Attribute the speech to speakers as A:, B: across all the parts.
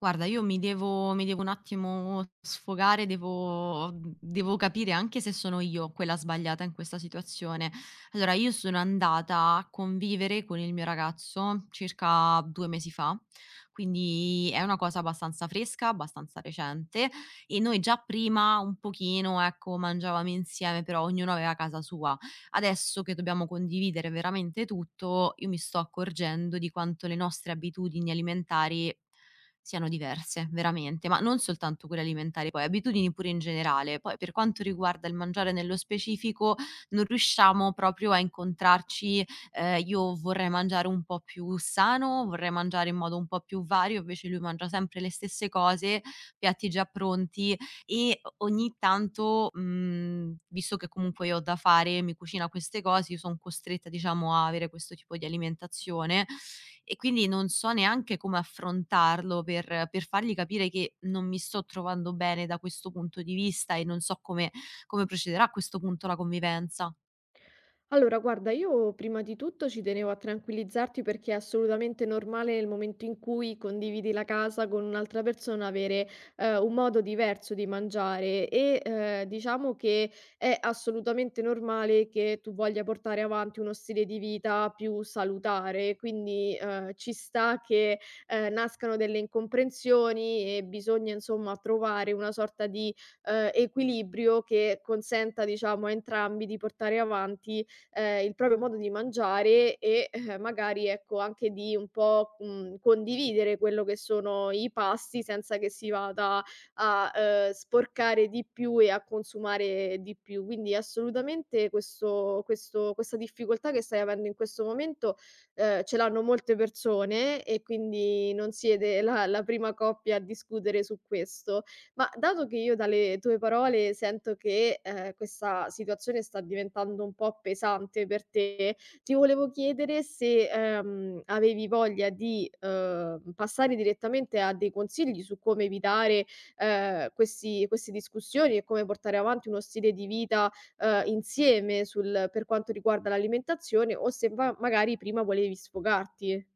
A: Guarda, io mi devo un attimo sfogare, devo capire anche se sono io quella sbagliata in questa situazione. Allora, io sono andata a convivere con il mio ragazzo circa 2 mesi fa, quindi è una cosa abbastanza fresca, abbastanza recente e noi già prima un pochino, ecco, mangiavamo insieme, però ognuno aveva casa sua. Adesso che dobbiamo condividere veramente tutto, io mi sto accorgendo di quanto le nostre abitudini alimentari siano diverse, veramente, ma non soltanto quelle alimentari poi, abitudini pure in generale. Poi per quanto riguarda il mangiare nello specifico, non riusciamo proprio a incontrarci. Io vorrei mangiare un po' più sano, vorrei mangiare in modo un po' più vario, invece lui mangia sempre le stesse cose, piatti già pronti, e o ogni tanto, visto che comunque io ho da fare, mi cucina queste cose, io son costretta, diciamo, a avere questo tipo di alimentazione e quindi non so neanche come affrontarlo per fargli capire che non mi sto trovando bene da questo punto di vista e non so come procederà a questo punto la convivenza.
B: Allora, guarda, io prima di tutto ci tenevo a tranquillizzarti perché è assolutamente normale nel momento in cui condividi la casa con un'altra persona avere un modo diverso di mangiare e diciamo che è assolutamente normale che tu voglia portare avanti uno stile di vita più salutare, quindi ci sta che nascano delle incomprensioni e bisogna insomma trovare una sorta di equilibrio che consenta diciamo a entrambi di portare avanti il proprio modo di mangiare e, magari ecco anche di un po', condividere quello che sono i pasti senza che si vada a, sporcare di più e a consumare di più. Quindi assolutamente questo questa difficoltà che stai avendo in questo momento, ce l'hanno molte persone e quindi non siete la prima coppia a discutere su questo. Ma dato che io dalle tue parole sento che, questa situazione sta diventando un po' pesante per te, ti volevo chiedere se, avevi voglia di, passare direttamente a dei consigli su come evitare, questi queste discussioni e come portare avanti uno stile di vita, insieme sul per quanto riguarda l'alimentazione o se va magari prima volevi sfogarti.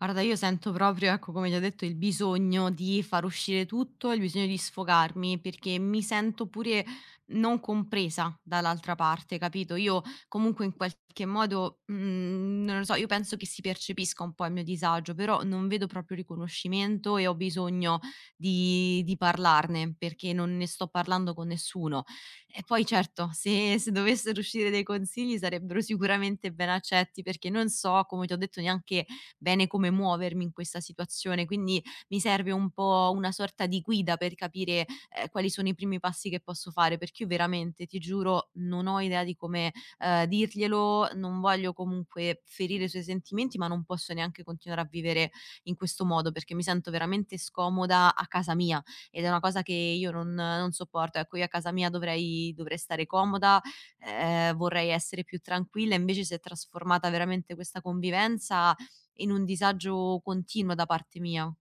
A: Guarda, io sento proprio, ecco, come ti ho detto, il bisogno di far uscire tutto, il bisogno di sfogarmi, perché mi sento pure non compresa dall'altra parte, capito? Io comunque in qualche modo, non lo so, io penso che si percepisca un po' il mio disagio, però non vedo proprio riconoscimento e ho bisogno di parlarne, perché non ne sto parlando con nessuno. E poi certo, se dovessero uscire dei consigli sarebbero sicuramente ben accetti, perché non so, come ti ho detto, neanche bene come muovermi in questa situazione, quindi mi serve un po' una sorta di guida per capire, quali sono i primi passi che posso fare, perché io veramente, ti giuro, non ho idea di come, dirglielo, non voglio comunque ferire i suoi sentimenti, ma non posso neanche continuare a vivere in questo modo, perché mi sento veramente scomoda a casa mia ed è una cosa che io non sopporto. Ecco, io a casa mia dovrei stare comoda. Vorrei essere più tranquilla, invece si è trasformata veramente questa convivenza in un disagio continuo da parte mia.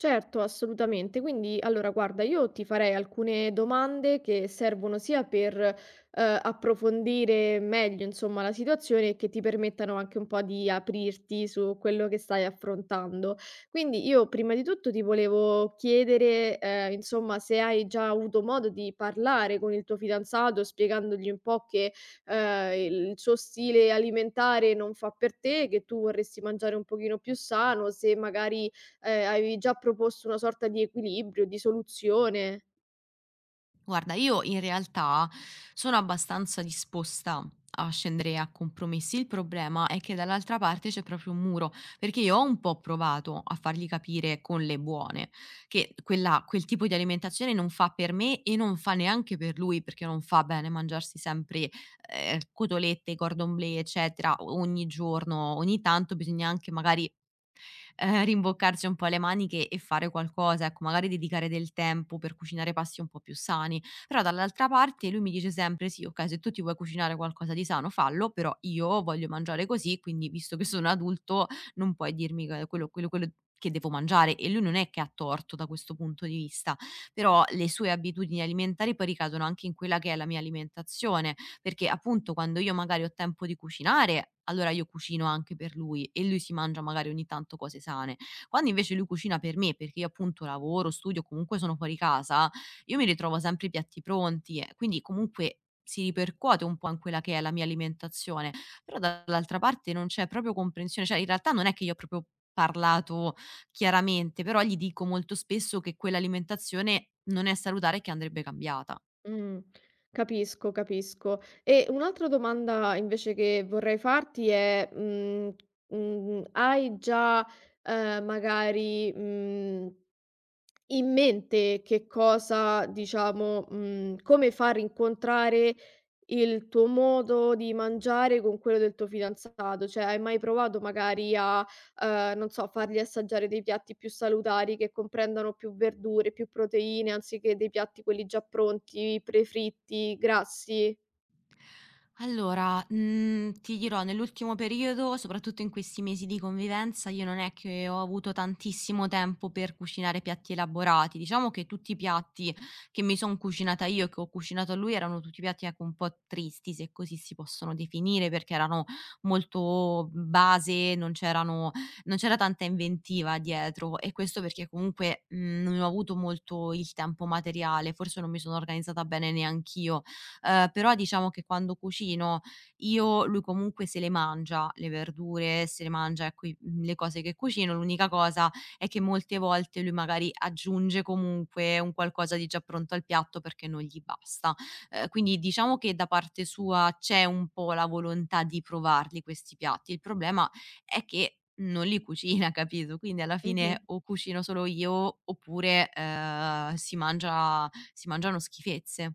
B: Certo, assolutamente. Quindi, allora, guarda, io ti farei alcune domande che servono sia per approfondire meglio, insomma, la situazione e che ti permettano anche un po' di aprirti su quello che stai affrontando. Quindi, io prima di tutto ti volevo chiedere, insomma, se hai già avuto modo di parlare con il tuo fidanzato, spiegandogli un po' che il suo stile alimentare non fa per te, che tu vorresti mangiare un pochino più sano, se magari avevi già proposto una sorta di equilibrio, di soluzione.
A: Guarda, io in realtà sono abbastanza disposta a scendere a compromessi. Il problema è che dall'altra parte c'è proprio un muro, perché io ho un po' provato a fargli capire con le buone che quel tipo di alimentazione non fa per me e non fa neanche per lui, perché non fa bene mangiarsi sempre cotolette, cordon bleu, eccetera, ogni giorno, ogni tanto bisogna anche magari rimboccarsi un po' le maniche e fare qualcosa, ecco, magari dedicare del tempo per cucinare pasti un po' più sani. Però dall'altra parte lui mi dice sempre: "Sì, okay, se tu ti vuoi cucinare qualcosa di sano fallo, però io voglio mangiare così, quindi visto che sono adulto non puoi dirmi che quello che devo mangiare". E lui non è che ha torto da questo punto di vista, però le sue abitudini alimentari poi ricadono anche in quella che è la mia alimentazione perché appunto quando io magari ho tempo di cucinare, allora io cucino anche per lui e lui si mangia magari ogni tanto cose sane. Quando invece lui cucina per me, perché io appunto lavoro, studio, comunque sono fuori casa, io mi ritrovo sempre i piatti pronti, e quindi comunque si ripercuote un po' in quella che è la mia alimentazione. Però dall'altra parte non c'è proprio comprensione, cioè in realtà non è che io ho proprio parlato chiaramente, però gli dico molto spesso che quell'alimentazione non è salutare e che andrebbe cambiata.
B: Mh, capisco, capisco. E un'altra domanda invece che vorrei farti è, hai già, magari, in mente che cosa diciamo, come far incontrare il tuo modo di mangiare con quello del tuo fidanzato, cioè hai mai provato magari a, non so, fargli assaggiare dei piatti più salutari che comprendano più verdure, più proteine, anziché dei piatti quelli già pronti, prefritti, grassi?
A: Allora, ti dirò nell'ultimo periodo, soprattutto in questi mesi di convivenza, io non è che ho avuto tantissimo tempo per cucinare piatti elaborati. Diciamo che tutti i piatti che mi son cucinata io e che ho cucinato a lui erano tutti piatti, ecco, un po' tristi, se così si possono definire, perché erano molto base, non c'era tanta inventiva dietro e questo perché comunque, non ho avuto molto il tempo materiale, forse non mi sono organizzata bene neanch'io. Però diciamo che quando cucino io lui comunque se le mangia le verdure, se le mangia ecco le cose che cucino. L'unica cosa è che molte volte lui magari aggiunge comunque un qualcosa di già pronto al piatto perché non gli basta. Quindi diciamo che da parte sua c'è un po' la volontà di provarli questi piatti. Il problema è che non li cucina, capito? Quindi alla
B: Mh-mh.
A: fine o cucino solo io oppure, si mangiano schifezze.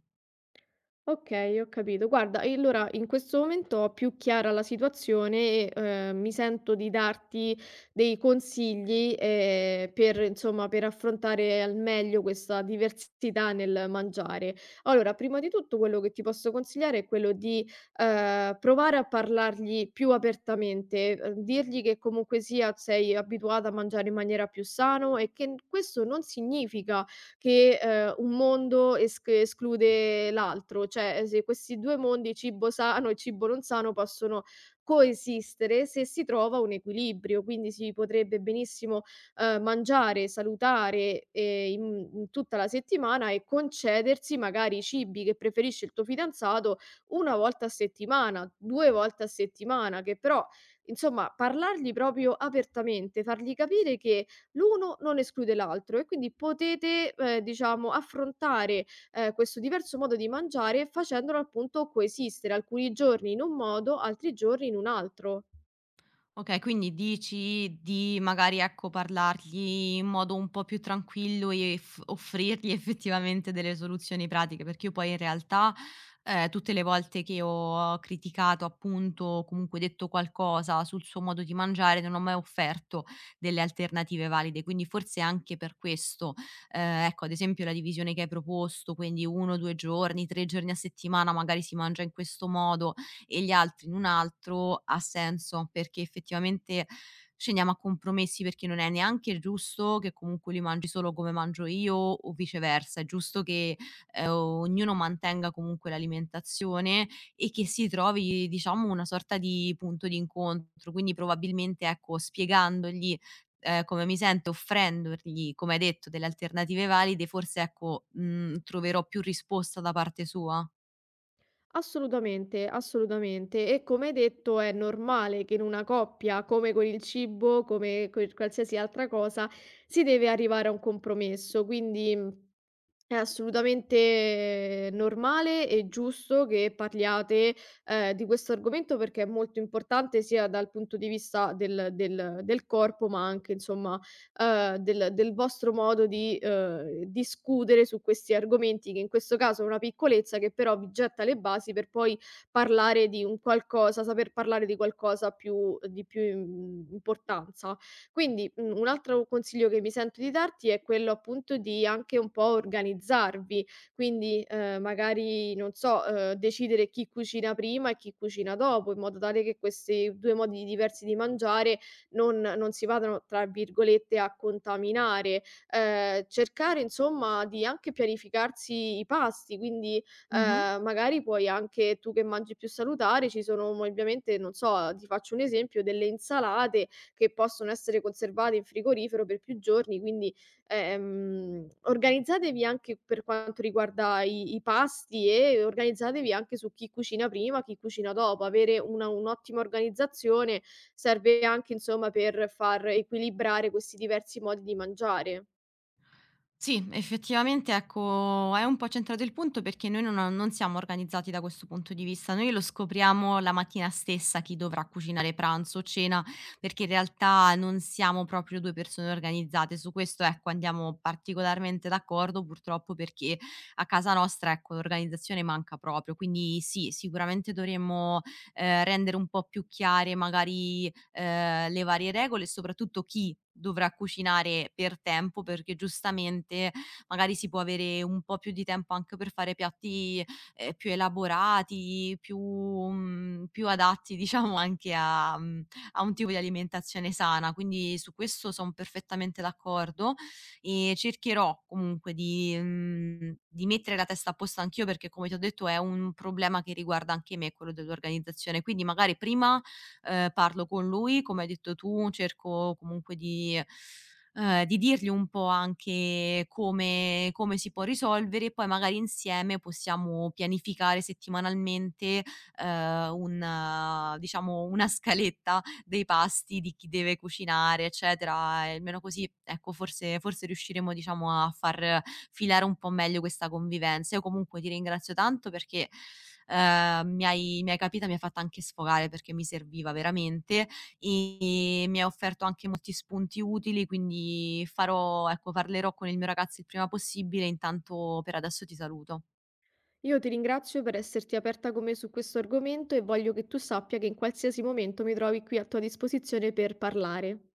B: Okay, ho capito. Guarda, e allora in questo momento ho più chiara la situazione e, mi sento di darti dei consigli, per insomma, per affrontare al meglio questa diversità nel mangiare. Allora, prima di tutto quello che ti posso consigliare è quello di, provare a parlargli più apertamente, dirgli che comunque sia sei abituata a mangiare in maniera più sano e che n questo non significa che, un mondo esclude l'altro, cioè, se questi 2 mondi, cibo sano e cibo non sano, possono coesistere se si trova un equilibrio, quindi si potrebbe benissimo, mangiare salutare, in in tutta la settimana e concedersi magari i cibi che preferisce il tuo fidanzato 1 volta a settimana, 2 volte a settimana, che però insomma parlargli proprio apertamente, fargli capire che l'uno non esclude l'altro e quindi potete, diciamo affrontare, questo diverso modo di mangiare facendolo appunto coesistere, alcuni giorni in un modo, altri giorni in un altro.
A: Okay, quindi dici di magari, ecco, parlargli in modo un po' più tranquillo e f offrirgli effettivamente delle soluzioni pratiche, perché io poi in realtà, tutte le volte che ho criticato appunto, o comunque detto qualcosa sul suo modo di mangiare, non ho mai offerto delle alternative valide, quindi forse anche per questo. Ecco, ad esempio la divisione che hai proposto, quindi 1, 2 giorni, 3 giorni a settimana magari si mangia in questo modo, e gli altri in un altro, ha senso, perché effettivamente scendiamo a compromessi, perché non è neanche giusto che comunque lui mangi solo come mangio io o viceversa, è giusto che, ognuno mantenga comunque l'alimentazione e che si trovi, diciamo, una sorta di punto di incontro. Quindi probabilmente, ecco, spiegandogli, come mi sento, offrendogli, come hai detto, delle alternative valide, forse, ecco, troverò più risposta da parte sua.
B: Assolutamente, assolutamente. E come hai detto, è normale che in una coppia, come con il cibo, come con qualsiasi altra cosa, si deve arrivare a un compromesso. Quindi è assolutamente normale e giusto che parliate di questo argomento perché è molto importante sia dal punto di vista del, del corpo, ma anche, insomma, del del vostro modo di, discutere su questi argomenti, che in questo caso è una piccolezza che però vi getta le basi per poi parlare di un qualcosa saper parlare di qualcosa più di più im importanza. Quindi, un altro consiglio che mi sento di darti è quello appunto di anche un po' organizzarvi, quindi, magari non so, decidere chi cucina prima e chi cucina dopo, in modo tale che questi 2 modi diversi di mangiare non si vadano, tra virgolette, "a contaminare". Cercare insomma di anche pianificarsi i pasti, quindi,
A: Mh-mh.
B: magari puoi anche tu che mangi più salutare, ci sono mo ovviamente, non so, ti faccio un esempio, delle insalate che possono essere conservate in frigorifero per più giorni, quindi organizzatevi anche per quanto riguarda i pasti e organizzatevi anche su chi cucina prima, chi cucina dopo. Avere una un'ottima organizzazione serve anche, insomma, per far equilibrare questi diversi modi di mangiare.
A: Sì, effettivamente, ecco, è un po' centrato il punto perché noi non siamo organizzati da questo punto di vista. Noi lo scopriamo la mattina stessa chi dovrà cucinare pranzo o cena, perché in realtà non siamo proprio 2 persone organizzate. Su questo, ecco, andiamo particolarmente d'accordo, purtroppo, perché a casa nostra, ecco, l'organizzazione manca proprio. Quindi sì, sicuramente dovremmo, rendere un po' più chiare magari le varie regole e soprattutto chi dovrà cucinare per tempo, perché giustamente magari si può avere un po' più di tempo anche per fare piatti, più elaborati, più adatti diciamo anche a a un tipo di alimentazione sana. Quindi su questo son perfettamente d'accordo e cercherò comunque di di mettere la testa a posto anch'io perché come ti ho detto è un problema che riguarda anche me quello dell'organizzazione. Quindi magari prima parlo con lui, come hai detto tu, cerco comunque di dirgli un po' anche come si può risolvere e poi magari insieme possiamo pianificare settimanalmente, un diciamo una scaletta dei pasti, di chi deve cucinare, eccetera. E almeno così, ecco, forse riusciremo, diciamo, a far filare un po' meglio questa convivenza. Io comunque ti ringrazio tanto perché, mi hai capita, mi hai fatta anche sfogare perché mi serviva veramente, e mi hai offerto anche molti spunti utili, quindi farò ecco, parlerò con il mio ragazzo il prima possibile, intanto per adesso ti saluto.
B: Io ti ringrazio per esserti aperta con me su questo argomento e voglio che tu sappia che in qualsiasi momento mi trovi qui a tua disposizione per parlare.